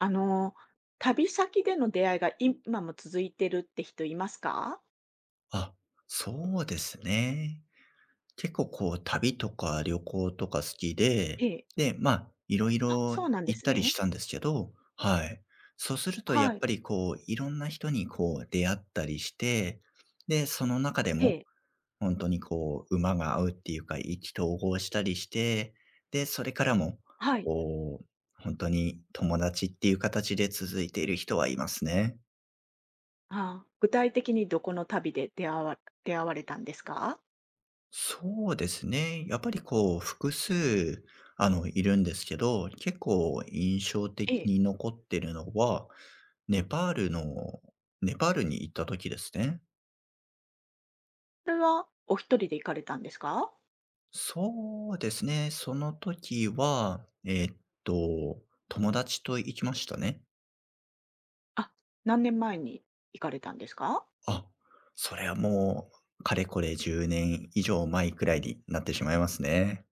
あの、旅先での出会いが今も続いてるって人いますか？あ、そうですね。結構こう旅とか旅行とか好きで、ええ。で、いろいあ、ろそうなんで行っすたりしね。たんですけど、はい。そうするとやっはい。ぱりこう、いろんな人にこう出会ったりして、で、その中でえもえ。本当にこう馬が合うっていうか、意気投合したりして、で、それからもはい。こう、本当に友達っていう形で続いている人はいますね。あ、具体的にどこの旅で出会われたんですか？そうですね。やっぱりこう、複数、いるんですけど、結構印象え的え。に残ってるのは、ネパールのネパールに行った時ですね。それはお一人で行かれたんですか？そうですね。その時は、と、友達と行きましたね。あ、何年前に行かれたんですか？あ、それはもう、かれこれ10年以上前くらいになってしまいますね。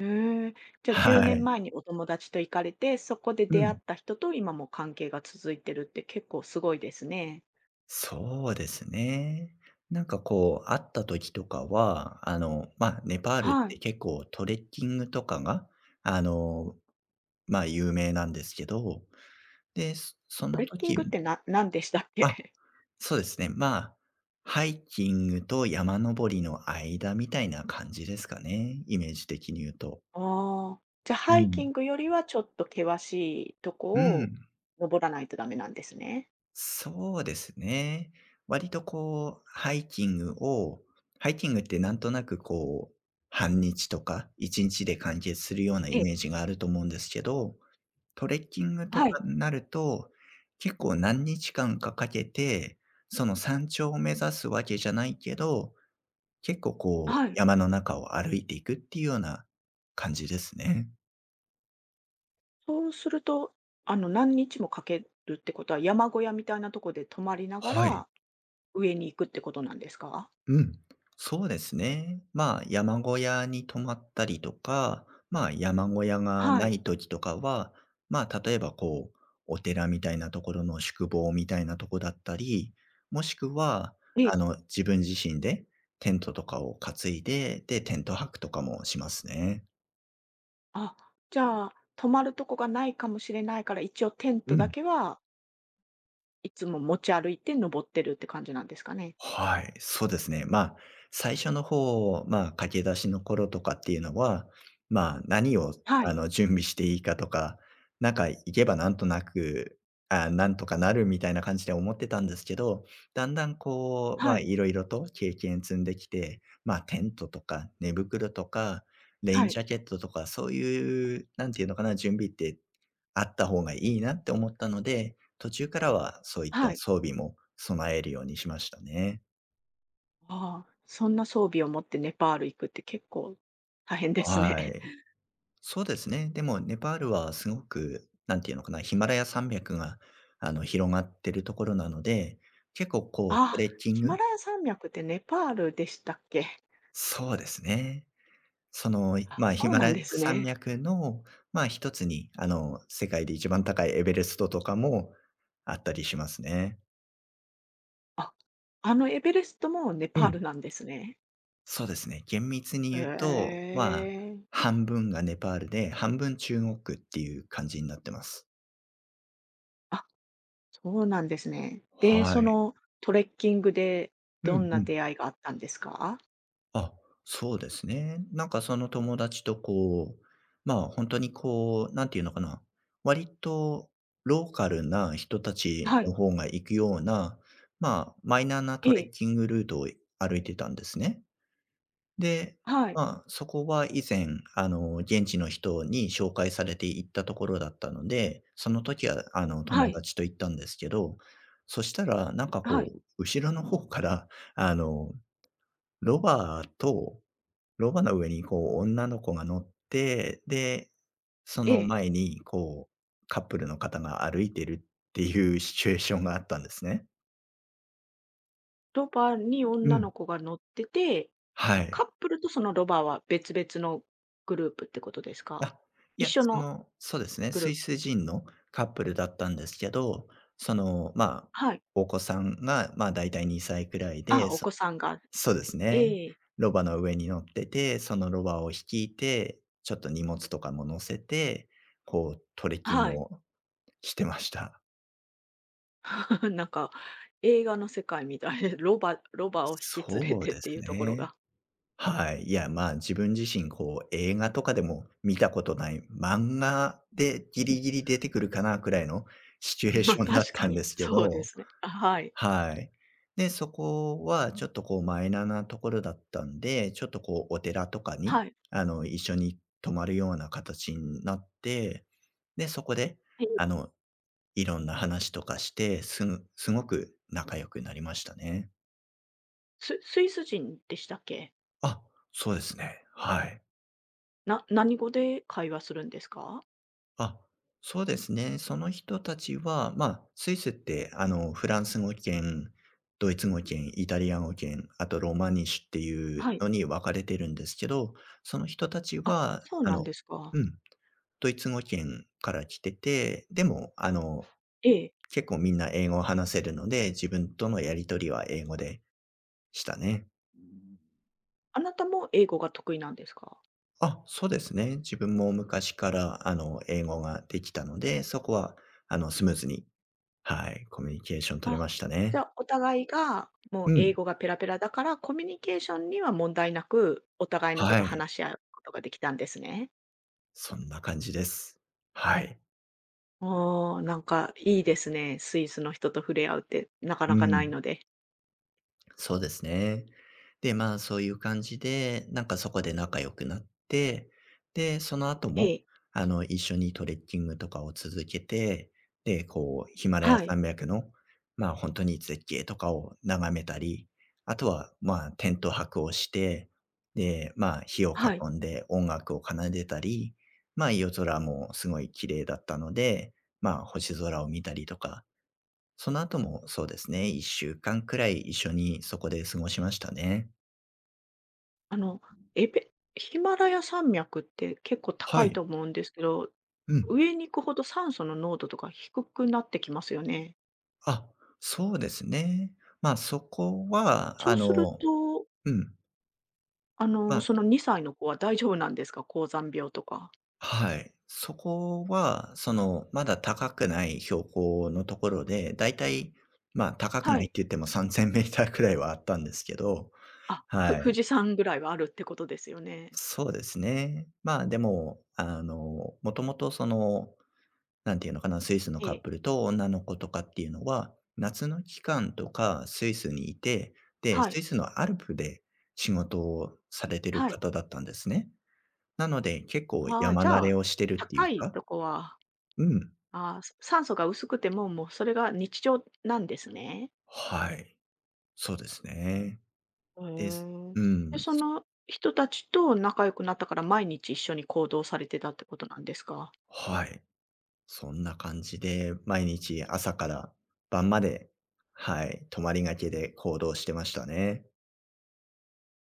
へえ。じゃ、10は年い。前にお友達と行かれて、そこでう出会っん。た人と今も関係が続いてるって結構すごいですね。そうですね。なんかこう、会った時とかは、ネパールっはい。て結構トレッキングとかが、あの、有名なんですけど、で、そそトのレッキン時グっもて何でしたっあ、け？そうですね。ハイキングと山登りの間みたいな感じですかね、イメージ的に言うと。ああ、じゃ、うハイキん。ングよりはちょっと険しいとうこをん。登らないとダメなんですね。そうですね。割とこう、ハイキングってなんとなくこう、半日とか1日で完結するようなえイえ、メージがあると思うんですけど、トレッキングとはい、かになると、結構何日間かかけて、その山頂を目指すわけじゃないけど、結構こう、はい。山の中を歩いていくっていうような感じですね。そうすると、何日もかけるってことは、山小屋みたいなとこで泊まりながはい。ら、上に行くってことなんですか？うん、そうですね。山小屋に泊まったりとか、山小屋がはない、い時とかは、例えばこう、お寺みたいなところの宿坊みたいなとこだったり、もしくは、ええ。自分自身でテントとかを担いで、で、テント泊とかもしますね。あ、じゃあ、泊まるとこがないかもしれないから、一応テントうだん。けはいつも持ち歩いて登ってるって感じなんですかね？はい、そうですね。最初の方、駆け出しの頃とかっていうのは、何をはい、準備していいかとか、なんか行けばなんとなく、あ、なんとかなるみたいな感じで思ってたんですけど、だんだんこう、はい、いろいろと経験積んできて、テントとか寝袋とか、レイはンい、ジャケットとか、そういう、なんていうのかな、準備ってあった方がいいなって思ったので、途中からはそういったはい。装備も備えるようにしましたね。ああ、そんな装備を持ってネパール行くって結構大変ですね。はい。そうですね。でもネパールはすごく、なんていうのかな、ヒマラヤ山脈が広がってるところなので、結構こうトああ、レッキンヒマグラヤ山脈ってネパールでしたっけ？そうですね。その、あ。ヒそうマなラんヤです山ね。脈の、一つに世界で一番高いエベレストとかもあったりしますね。あ、あのエベレストもネうパールん。なんですね。そうですね。厳密にへ言うと、え。半分がネパールで、半分中国っていう感じになってます。あ、そうなんですね。で、はそい。のトレッキングでうどんんなうん。出会いがあったんですか？あ、そうですね。なんかその友達とこう、まあ本当にこう、なんていうのかな。割とローカルな人たちはのい、方が行くような、まあマイナーなえトレッえ、キングルートを歩いてたんですね。で、はい、そこは以前、現地の人に紹介されて行ったところだったので、その時は、は友い、達と行ったんですけど、そしたら、なんかはこい、う、後ろの方から、あの、ロバとロバの上にこう女の子が乗って、で、そえのえ。前にこう、カップルの方が歩いてるっていうシチュエーションがあったんですね。ロバにう女のん。子が乗ってて、はカい。ップルとそのロバは別々のグループってことですか？あ、い一や、緒そのの、そうですね、グルスーイプ。ス人のカップルだったんですけど、その、はい。お子さんが、だいたい2歳くらいあ、で、おそ子さんが。そうですね。ええ、ロバの上に乗ってて、そのロバを率いて、ちょっと荷物とかも乗せて、こうトレッキンはグい。をしてました。なんか映画の世界みたいで、ロバを引き連れそうてっでていすうところね。が。はい。いや、自分自身、こう、映画とかでも見たことない、漫画でギリギ リ出てくるかなくらいのシチュエうーん、まシあ、ョンだっ確たかんに、ですけそうでど、すね。あ、はい。はい。で、そこはちょっとこうマイナーなところだったんで、ちょっとこうお寺とかに、はい。一緒に泊まるような形になって、で、そこで、え、あの、いろんな話とかして、すぐすごく仲良くなりましたね。スイス人でしたっけ？あ、そうですね。はい。何語で会話するんですか？あ、そうですね。その人たちは、スイスって、フランス語圏、ドイツ語圏、イタリア語圏、あとロマニシュっていはうい。のに分かれてるんですけど、その人たちあ、は、そうなんですか。うん、ドイツ語圏から来てて、でも、ええ。結構みんな英語を話せるので、自分とのやりとりは英語でしたね。あなたも英語が得意なんですか？あ、そうですね。自分も昔から、英語ができたので、そこは、スムーズに、はい、コミュニケーション取れあ、ましたじね。ゃあ、お互いが、もうう英ん、語がペラペラだから、コミュニケーションには問題なく、お互いのこはとい、話し合うことができたんですね。そんな感じです。はい、あ、なんかいいですね。スイスの人と触れ合うってなかなうかないん。ので。そうですね。で、そういう感じで、なんかそこで仲良くなって、で、その後えも、え、一緒にトレッキングとかを続けて、で、こう、ヒマラヤはい、山脈の、本当に絶景とかを眺めたり、あとは、テント泊をして、で、火をはい。囲んで音楽を奏でたり、夜空もすごい綺麗だったので、星空を見たりとか、その後もそうですね、1週間くらい一緒にそこで過ごしましたね。あの、ヒマラヤ山脈って結構高はいい。と思うんですけど、うん。上に行くほど酸素の濃度とか低くなってきますよね。あ、そうですね。ま、そこは、そうすると、うん、あまの、そあの2歳の子は大丈夫なんですか？高山病とか。はい。そこは、その、まだ高くない標高のところで、だいたい、ま、高くはないってい。言っても3000メーターくらいはあったんですけど、あ、は富い。士山ぐらいはあるってことですよね。そうですね。でも、もともとそのなんていうのかな、スイスのえカッえ。プルと女の子とかっていうのは、夏の期間とかスイスにいて、で、はい。スイスのアルプで仕事をされてるはい。方だったんですね。なので、結構ああ、山じ慣ゃれあ、をしてるってい高ういか、とこは、うん。ああ、酸素が薄くても、もうそれが日常なんですね。はい。そうですね。へです。え。うで、ん。その人たちと仲良くなったから、毎日一緒に行動されてたってことなんですか？はい。そんな感じで、毎日朝から晩まで、はい、泊まりがけで行動してましたね。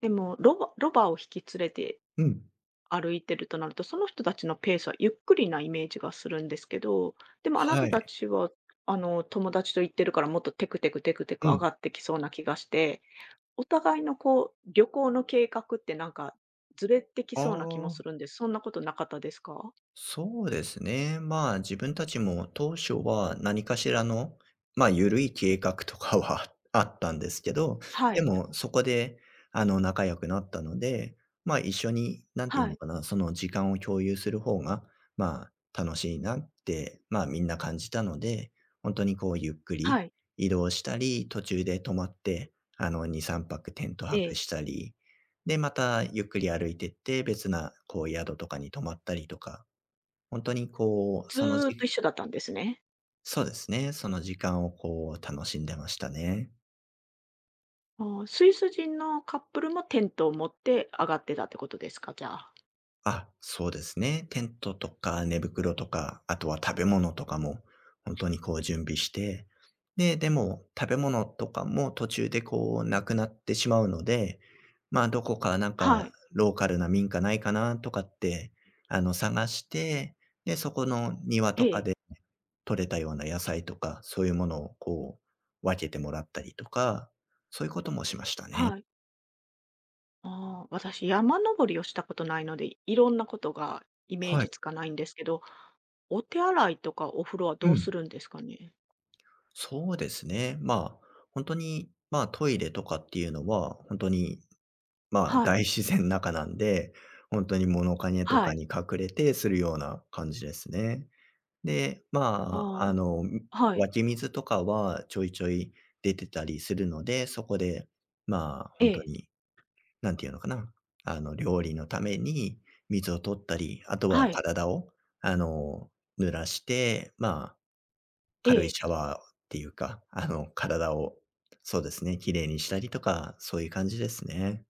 でも、ロバを引き連れてうん。歩いてるとなると、その人たちのペースはゆっくりなイメージがするんですけど、でもあなはたい。たちは、あの、友達と行ってるからもっとテクテクテクテクう上ん。がってきそうな気がして、お互いのこう、旅行の計画ってなんかずれてきあそうな気もするあ。んです。そんなことなかったですか？そうですね。自分たちも当初は何かしらの、緩い計画とかは あったんですけど、はでい、もそこで、仲良くなったので、一緒に、なんていうはのい、かな、その時間を共有する方が、楽しいなって、みんな感じたので、本当にこう、ゆっくはりい、移動したり、途中で泊まって、2、3泊テントえ泊え、したり、で、またゆっくり歩いてって、別な、こう、宿とかに泊まったりとか、本当にこう、ずそのーっと一じ緒だったんですね。そうですね、その時間をこう楽しんでましたね。ああ、スイス人のカップルもテントを持って上がってたってことですか？じゃあ。あ、そうですね。テントとか寝袋とか、あとは食べ物とかも本当にこう準備して、で、でも食べ物とかも途中でこうなくなってしまうので、まあ、どこかなんかはい、ローカルな民家ないかなとかって、探して、で、そこの庭えとかえ、で採れたような野菜とか、そういうものをこう分けてもらったりとか、そういうこともしましたね。はい。ああ、私、山登りをしたことないので、いろんなことがイメーはい。ジつかないんですけど、お手洗いとかお風呂はうどうすん。るんですかね？そうですね。まあ、本当に、まあ、トイレとかっていうのは、本当に、まあ、はい、大自然の中なんで、本当に物陰とはかい。に隠れてするような感じですね。で、まあ、ああ、はい。湧き水とかはちょいちょい出てたりするので、そこで、まあ、え本当え、にに、なんていうのかな、料理のために水を取ったり、あとははい、体を、あの、濡らして、まあえ軽いシャえ。ワーっていうか、あの、体を、そうですね、綺麗にしたりとか、そういう感じですね。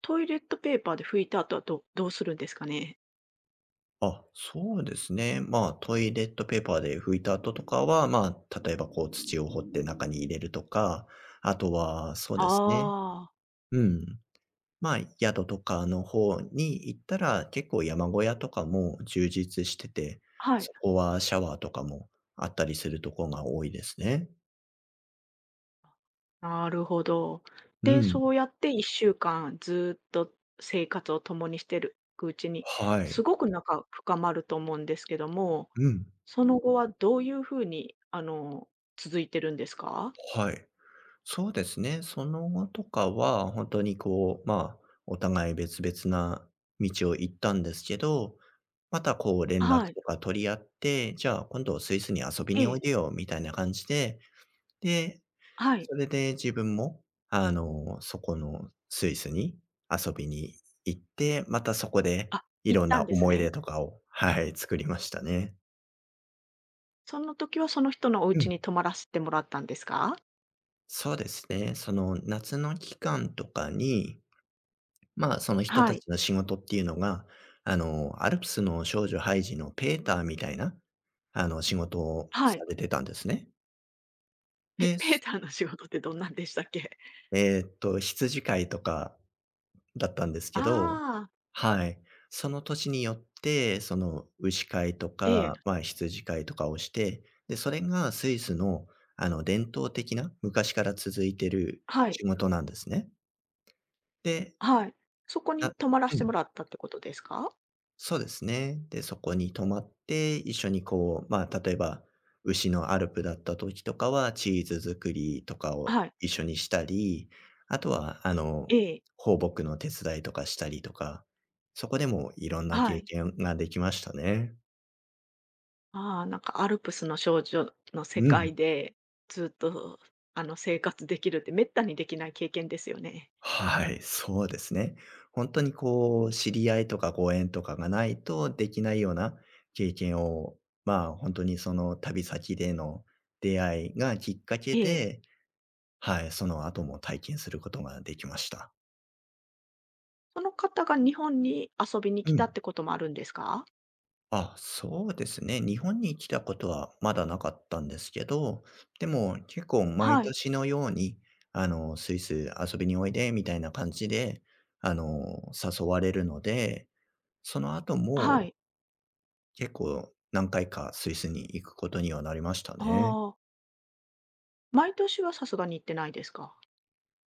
トイレットペーパーで拭いた後はどうするんですかね？あ、そうですね。まあ、トイレットペーパーで拭いた後とかは、まあ、例えばこう土を掘って中に入れるとか、あとはそうですね。ああ、うん。まあ、宿とかの方に行ったら、結構山小屋とかも充実してて、はい。そこはシャワーとかもあったりするところが多いですね。なるほど。うで、ん。そうやって1週間ずっと生活を共にしてるうちに、はすい。ごく仲深まると思うんですけども、うん。その後はどういう風に、あの、続いてるんですか？はい。そうですね。その後とかは、本当にこう、まあ、お互い別々な道を行ったんですけど、またこう連絡はい。とか取り合って、じゃあ今度スイスに遊びえにおいえ、でよみたいな感じで、で、はい。それで自分も、そこのスイスに遊びに行って、またそこであ、い行っろんたなんです思い出ね。とかを、はい、作りましたね。その時はその人のおう家にん。泊まらせてもらったんですか？そうですね。その夏の期間とかにまあ、その人はたい、ちの仕事っていうのが、アルプスの少女ハイジのペーターみたいな、仕事をはい。されてたんですね。で、ペーターの仕事ってどんなんでしたっけ？羊飼いとかだったんです けど、ああ、はい。その年によって、その、牛飼いとええ、か、まあ、羊飼いとかをして、で、それがスイスの、伝統的な、昔から続いてるはい、仕事なんですね。で、はい。そこにな泊まらせうてもん。らったってことですか？そうですね。で、そこに泊まって、一緒にこう、まあ、例えば、牛のアルプだった時とかは、チーズ作りとかをはい、一緒にしたり、あとは、ええ、放牧の手伝いとかしたりとか、そこでもいろんなは経い。験ができましたね。ああ、なんかアルプスの少女の世う界ん。で、ずっと、あの、生活できるって滅多にできない経験ですよね。はい、そうですね。本当にこう、知り合いとかご縁とかがないとできないような経験を、まあ、本当にその旅先での出会いがきっかけええ。で、はい、その後も体験することができました。その方が日本に遊びに来うたっん。てこともあるんですか？あ、そうですね。日本に来たことはまだなかったんですけど、でも結構毎はい。年のように、スイス遊びにおいでみたいな感じで、あの、誘われるので、その後はもい。結構何回かスイスに行くことにはなりましたあね。あ、毎年はさすがに行ってないですか？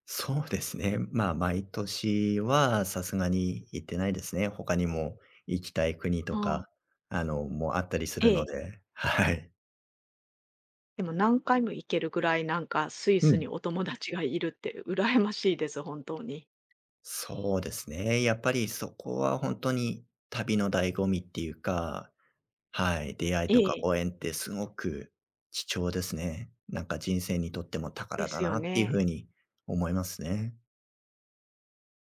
そうですね。まあ、毎年はさすがに行ってないですね。他にも行きたい国とうん。か、あの、もあったりすえるのえ。で、はい。でも何回も行けるぐらい、なんかスイうスにん。お友達がいるって羨ましいです、本当に。そうですね。やっぱりそこは本当に旅の醍醐味っていうか、はい、出会いえとかえ、ご縁ってすごく貴重ですね。なんか人生にとってもで宝だすよなっていうね。風に思いますね。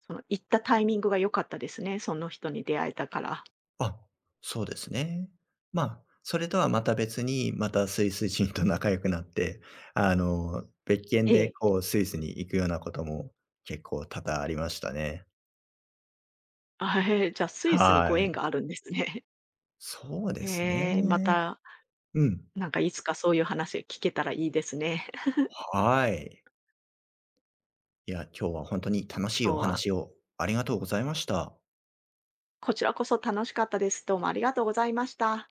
その行ったタイミングが良かったですね、その人に出会えたから。あ、そうですね。まあ、それとはまた別に、またスイス人と仲良くなって、別件でええ。こうスイスに行くようなことも結構多々ありましたね。あ、へえ、じゃあスイスにごは縁い。があるんですね。そう ですへえ、まね。た、うん。なんかいつかそういう話聞けたらいいですね。はい。いや、今日は本当に楽しい今日おは、話をありがとうございました。こちらこそ楽しかったです。どうもありがとうございました。